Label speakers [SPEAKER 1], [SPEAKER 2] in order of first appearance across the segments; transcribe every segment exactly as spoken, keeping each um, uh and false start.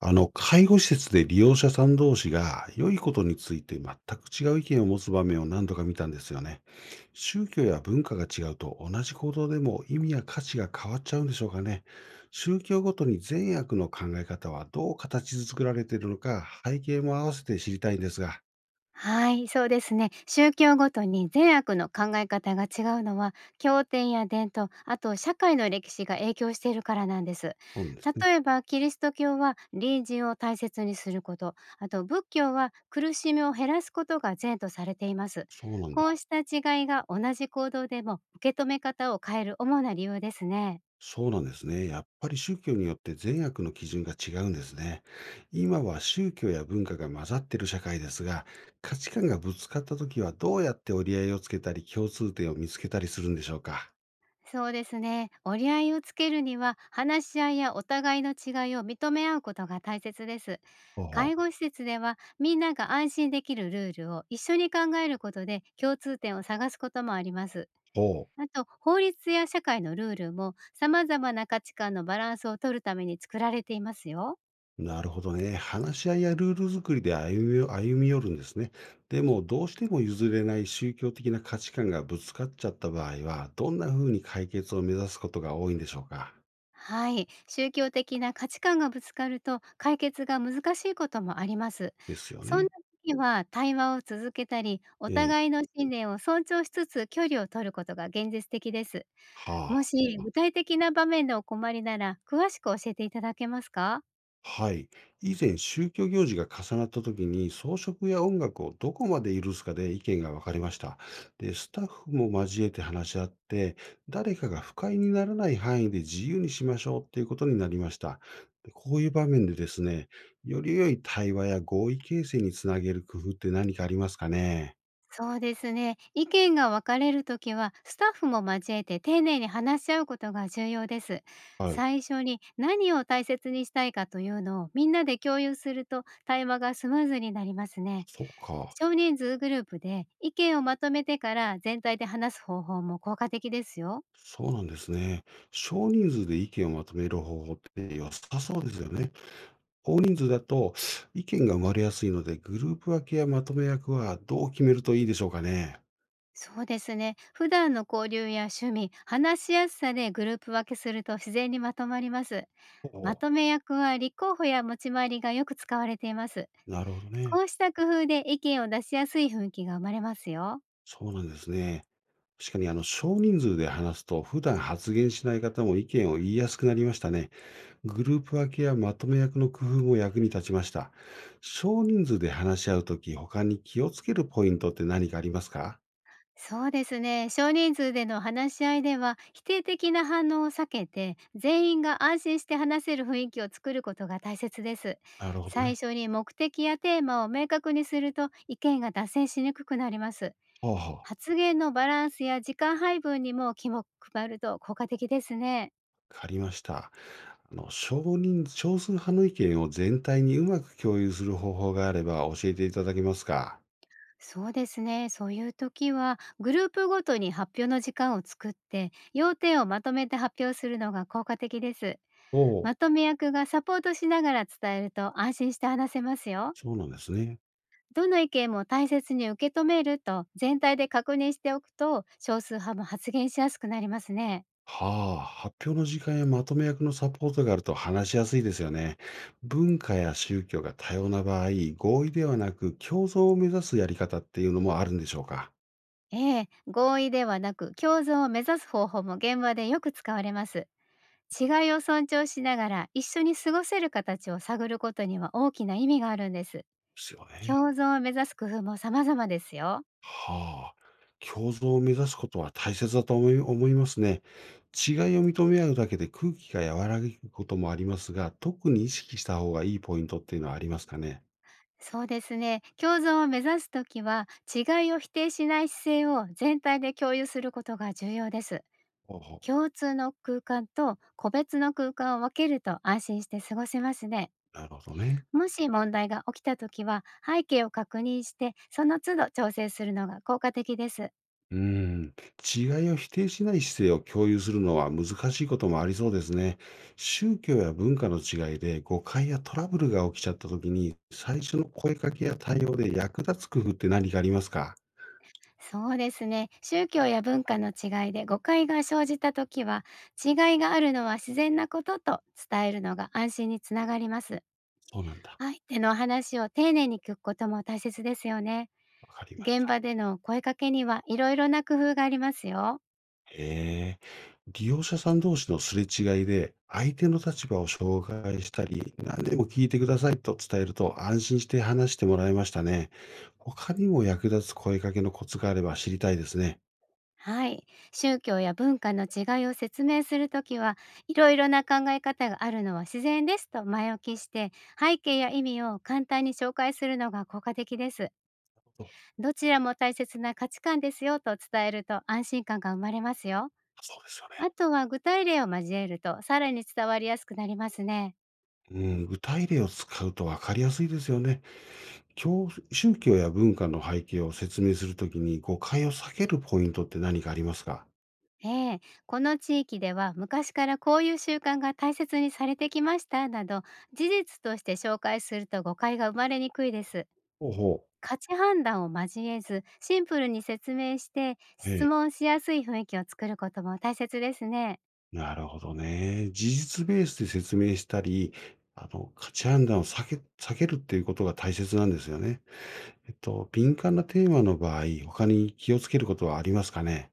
[SPEAKER 1] あの、介護施設で利用者さん同士が良いことについて全く違う意見を持つ場面を何度か見たんですよね。宗教や文化が違うと同じ行動でも意味や価値が変わっちゃうんでしょうかね。宗教ごとに善悪の考え方はどう形作られているのか、背景も合わせて知りたいんですが。
[SPEAKER 2] はい、そうですね。宗教ごとに善悪の考え方が違うのは、経典や伝統、あと社会の歴史が影響しているからなんです。
[SPEAKER 1] そうなんですね。
[SPEAKER 2] 例えば、キリスト教は隣人を大切にすること、あと仏教は苦しみを減らすことが善とされています。
[SPEAKER 1] そうなん
[SPEAKER 2] こう
[SPEAKER 1] だ。
[SPEAKER 2] した違いが同じ行動でも受け止め方を変える主な理由ですね。
[SPEAKER 1] そうなんですね。やっぱり宗教によって善悪の基準が違うんですね。今は宗教や文化が混ざってる社会ですが、価値観がぶつかった時はどうやって折り合いをつけたり共通点を見つけたりするんでしょうか？
[SPEAKER 2] そうですね。折り合いをつけるには、話し合いやお互いの違いを認め合うことが大切です。
[SPEAKER 1] ほうほ
[SPEAKER 2] 介護
[SPEAKER 1] う
[SPEAKER 2] 施設では、みんなが安心できるルールを一緒に考えることで共通点を探すこともあります。
[SPEAKER 1] ほう。
[SPEAKER 2] あと、法律や社会のルールも様々な価値観のバランスを取るために作られていますよ。
[SPEAKER 1] なるほどね。話し合いやルール作りで歩みよ歩み寄るんですね。でも、どうしても譲れない宗教的な価値観がぶつかっちゃった場合は、どんな風に解決を目指すことが多いんでしょうか？
[SPEAKER 2] はい、宗教的な価値観がぶつかると解決が難しいこともあります。
[SPEAKER 1] ですよ
[SPEAKER 2] そんな
[SPEAKER 1] ね。
[SPEAKER 2] 時は対話を続けたり、お
[SPEAKER 1] え
[SPEAKER 2] 互
[SPEAKER 1] え。
[SPEAKER 2] いの信念を尊重しつつ距離を取ることが現実的です。
[SPEAKER 1] は
[SPEAKER 2] も
[SPEAKER 1] あ。
[SPEAKER 2] し具体的な場面でお困りなら、詳しく教えていただけますか？
[SPEAKER 1] はい。以前、宗教行事が重なった時に、装飾や音楽をどこまで許すかで意見が分かれました。で、スタッフも交えて話し合って、誰かが不快にならない範囲で自由にしましょうっていうことになりました。で、こういう場面でですね、より良い対話や合意形成につなげる工夫って何かありますかね？
[SPEAKER 2] そうですね。意見が分かれるときは、スタッフも交えて丁寧に話し合うことが重要です。
[SPEAKER 1] はい。
[SPEAKER 2] 最初に何を大切にしたいかというのをみんなで共有すると、対話がスムーズになりますね。
[SPEAKER 1] そっか。
[SPEAKER 2] 少人数グループで意見をまとめてから全体で話す方法も効果的ですよ。
[SPEAKER 1] そうなんですね。少人数で意見をまとめる方法って良さそうですよね。大人数だと意見が生まれやすいので、グループ分けやまとめ役はどう決めるといいでしょうかね。
[SPEAKER 2] そうですね。普段の交流や趣味、話しやすさでグループ分けすると、自然にまとまります。
[SPEAKER 1] お
[SPEAKER 2] ま
[SPEAKER 1] お、
[SPEAKER 2] とめ役は立候補や持ち回りがよく使われています。
[SPEAKER 1] なるほどね。
[SPEAKER 2] こうした工夫で意見を出しやすい雰囲気が生まれますよ。
[SPEAKER 1] そうなんですね。確かにあの少人数で話すと、普段発言しない方も意見を言いやすくなりましたね。グループ分けやまとめ役の工夫も役に立ちました。少人数で話し合うとき、他に気をつけるポイントって何かありますか？
[SPEAKER 2] そうですね。少人数での話し合いでは、否定的な反応を避けて、全員が安心して話せる雰囲気を作ることが大切です。
[SPEAKER 1] なるほど
[SPEAKER 2] 最
[SPEAKER 1] ね。
[SPEAKER 2] 初に目的やテーマを明確にすると、意見が脱線しにくくなります。
[SPEAKER 1] はあはあ。
[SPEAKER 2] 発言のバランスや時間配分にも気も配ると効果的ですね。
[SPEAKER 1] わかりました。あの少人少数派の意見を全体にうまく共有する方法があれば教えていただけますか？
[SPEAKER 2] そうですね。そういう時は、グループごとに発表の時間を作って、要点をまとめて発表するのが効果的です。
[SPEAKER 1] おお、
[SPEAKER 2] まとめ役がサポートしながら伝えると、安心して話せますよ。
[SPEAKER 1] そうなんですね。
[SPEAKER 2] どの意見も大切に受け止めると全体で確認しておくと、少数派も発言しやすくなりますね。
[SPEAKER 1] はあ、発表の時間やまとめ役のサポートがあると話しやすいですよね。文化や宗教が多様な場合、合意ではなく共存を目指すやり方っていうのもあるんでしょうか？
[SPEAKER 2] ええ、合意ではなく共存を目指す方法も現場でよく使われます。違いを尊重しながら一緒に過ごせる形を探ることには、大きな意味があるんです。
[SPEAKER 1] ですよね。
[SPEAKER 2] 共存を目指す工夫も様々ですよ。
[SPEAKER 1] はあ、共存を目指すことは大切だと思い思いますね。違いを認め合うだけで空気が和らげることもありますが、特に意識した方がいいポイントっていうのはありますかね？
[SPEAKER 2] そうですね。共存を目指すときは、違いを否定しない姿勢を全体で共有することが重要です。
[SPEAKER 1] ほうほう。
[SPEAKER 2] 共通の空間と個別の空間を分けると、安心して過ごせますね。
[SPEAKER 1] なるほどね。
[SPEAKER 2] もし問題が起きたときは、背景を確認して、その都度調整するのが効果的です。
[SPEAKER 1] うん。違いを否定しない姿勢を共有するのは難しいこともありそうですね。宗教や文化の違いで誤解やトラブルが起きちゃった時に、最初の声かけや対応で役立つ工夫って何かありますか？
[SPEAKER 2] そうですね。宗教や文化の違いで誤解が生じたときは、違いがあるのは自然なことと伝えるのが安心につながります。
[SPEAKER 1] そうなんだ。
[SPEAKER 2] 相手の話を丁寧に聞くことも大切ですよね。
[SPEAKER 1] わかりまし
[SPEAKER 2] 現
[SPEAKER 1] た。
[SPEAKER 2] 場での声かけにはいろいろな工夫がありますよ。
[SPEAKER 1] ええ。利用者さん同士のすれ違いで、相手の立場を紹介したり、何でも聞いてくださいと伝えると安心して話してもらいましたね。他にも役立つ声かけのコツがあれば知りたいですね。
[SPEAKER 2] はい。宗教や文化の違いを説明するときは、いろいろな考え方があるのは自然ですと前置きして、背景や意味を簡単に紹介するのが効果的です。
[SPEAKER 1] そう
[SPEAKER 2] どちらも大切な価値観ですよと伝えると、安心感が生まれますよ。
[SPEAKER 1] そうですよ
[SPEAKER 2] あとは具体例を交えると、さらに伝わりやすくなりますね。
[SPEAKER 1] ね。うん、具体例を使うと分かりやすいですよね。教宗教や文化の背景を説明するときに誤解を避けるポイントって何かありますか？
[SPEAKER 2] ええ、この地域では昔からこういう習慣が大切にされてきましたなど、事実として紹介すると誤解が生まれにくいです。
[SPEAKER 1] ほうほ
[SPEAKER 2] 価値判断を交えずシンプルに説明して、
[SPEAKER 1] う。え
[SPEAKER 2] 質
[SPEAKER 1] え。
[SPEAKER 2] 問しやすい雰囲気を作ることも大切ですね。
[SPEAKER 1] なるほどね。事実ベースで説明したり、あの、価値判断を避け避けるっていうことが大切なんですよね。えっと、敏感なテーマの場合、他に気をつけることはありますかね？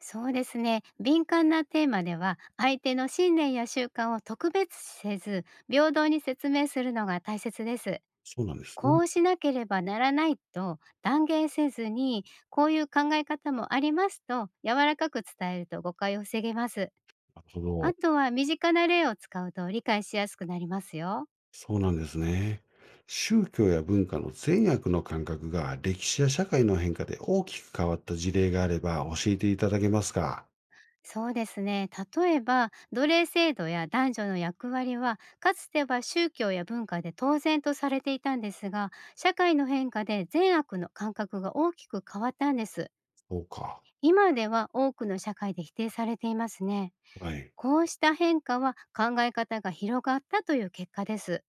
[SPEAKER 2] そうですね。敏感なテーマでは、相手の信念や習慣を特別視せず平等に説明するのが大切です。
[SPEAKER 1] そうなんです
[SPEAKER 2] こ
[SPEAKER 1] ね。
[SPEAKER 2] うしなければならないと断言せずに、こういう考え方もありますと柔らかく伝えると、誤解を防げます。
[SPEAKER 1] なるほ
[SPEAKER 2] あ
[SPEAKER 1] ど。
[SPEAKER 2] とは身近な例を使うと理解しやすくなりますよ。
[SPEAKER 1] そうなんですね。宗教や文化の善悪の感覚が歴史や社会の変化で大きく変わった事例があれば教えていただけますか？
[SPEAKER 2] そうですね。例えば奴隷制度や男女の役割はかつては宗教や文化で当然とされていたんですが、社会の変化で善悪の感覚が大きく変わったんです。
[SPEAKER 1] そうか。
[SPEAKER 2] 今では多くの社会で否定されていますね。
[SPEAKER 1] はい。
[SPEAKER 2] こうした変化は、考え方が広がったという結果です。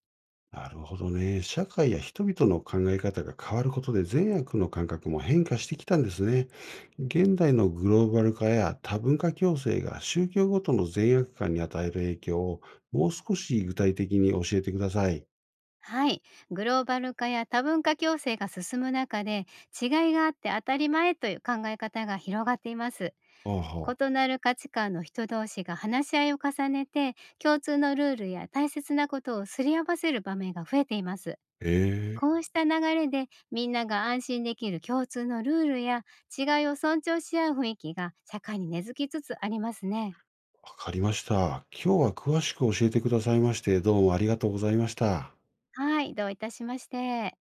[SPEAKER 1] なるほどね。社会や人々の考え方が変わることで善悪の感覚も変化してきたんですね。現代のグローバル化や多文化共生が宗教ごとの善悪感に与える影響をもう少し具体的に教えてください。
[SPEAKER 2] はい。グローバル化や多文化共生が進む中で、違いがあって当たり前という考え方が広がっています。
[SPEAKER 1] ああ、はあ。
[SPEAKER 2] 異なる価値観の人同士が話し合いを重ねて、共通のルールや大切なことをすり合わせる場面が増えています。
[SPEAKER 1] え
[SPEAKER 2] こ
[SPEAKER 1] え。
[SPEAKER 2] うした流れで、みんなが安心できる共通のルールや違いを尊重し合う雰囲気が社会に根付きつつありますね。
[SPEAKER 1] わかりました。今日は詳しく教えてくださいまして、どうもありがとうございました。
[SPEAKER 2] はい。どういたしまして。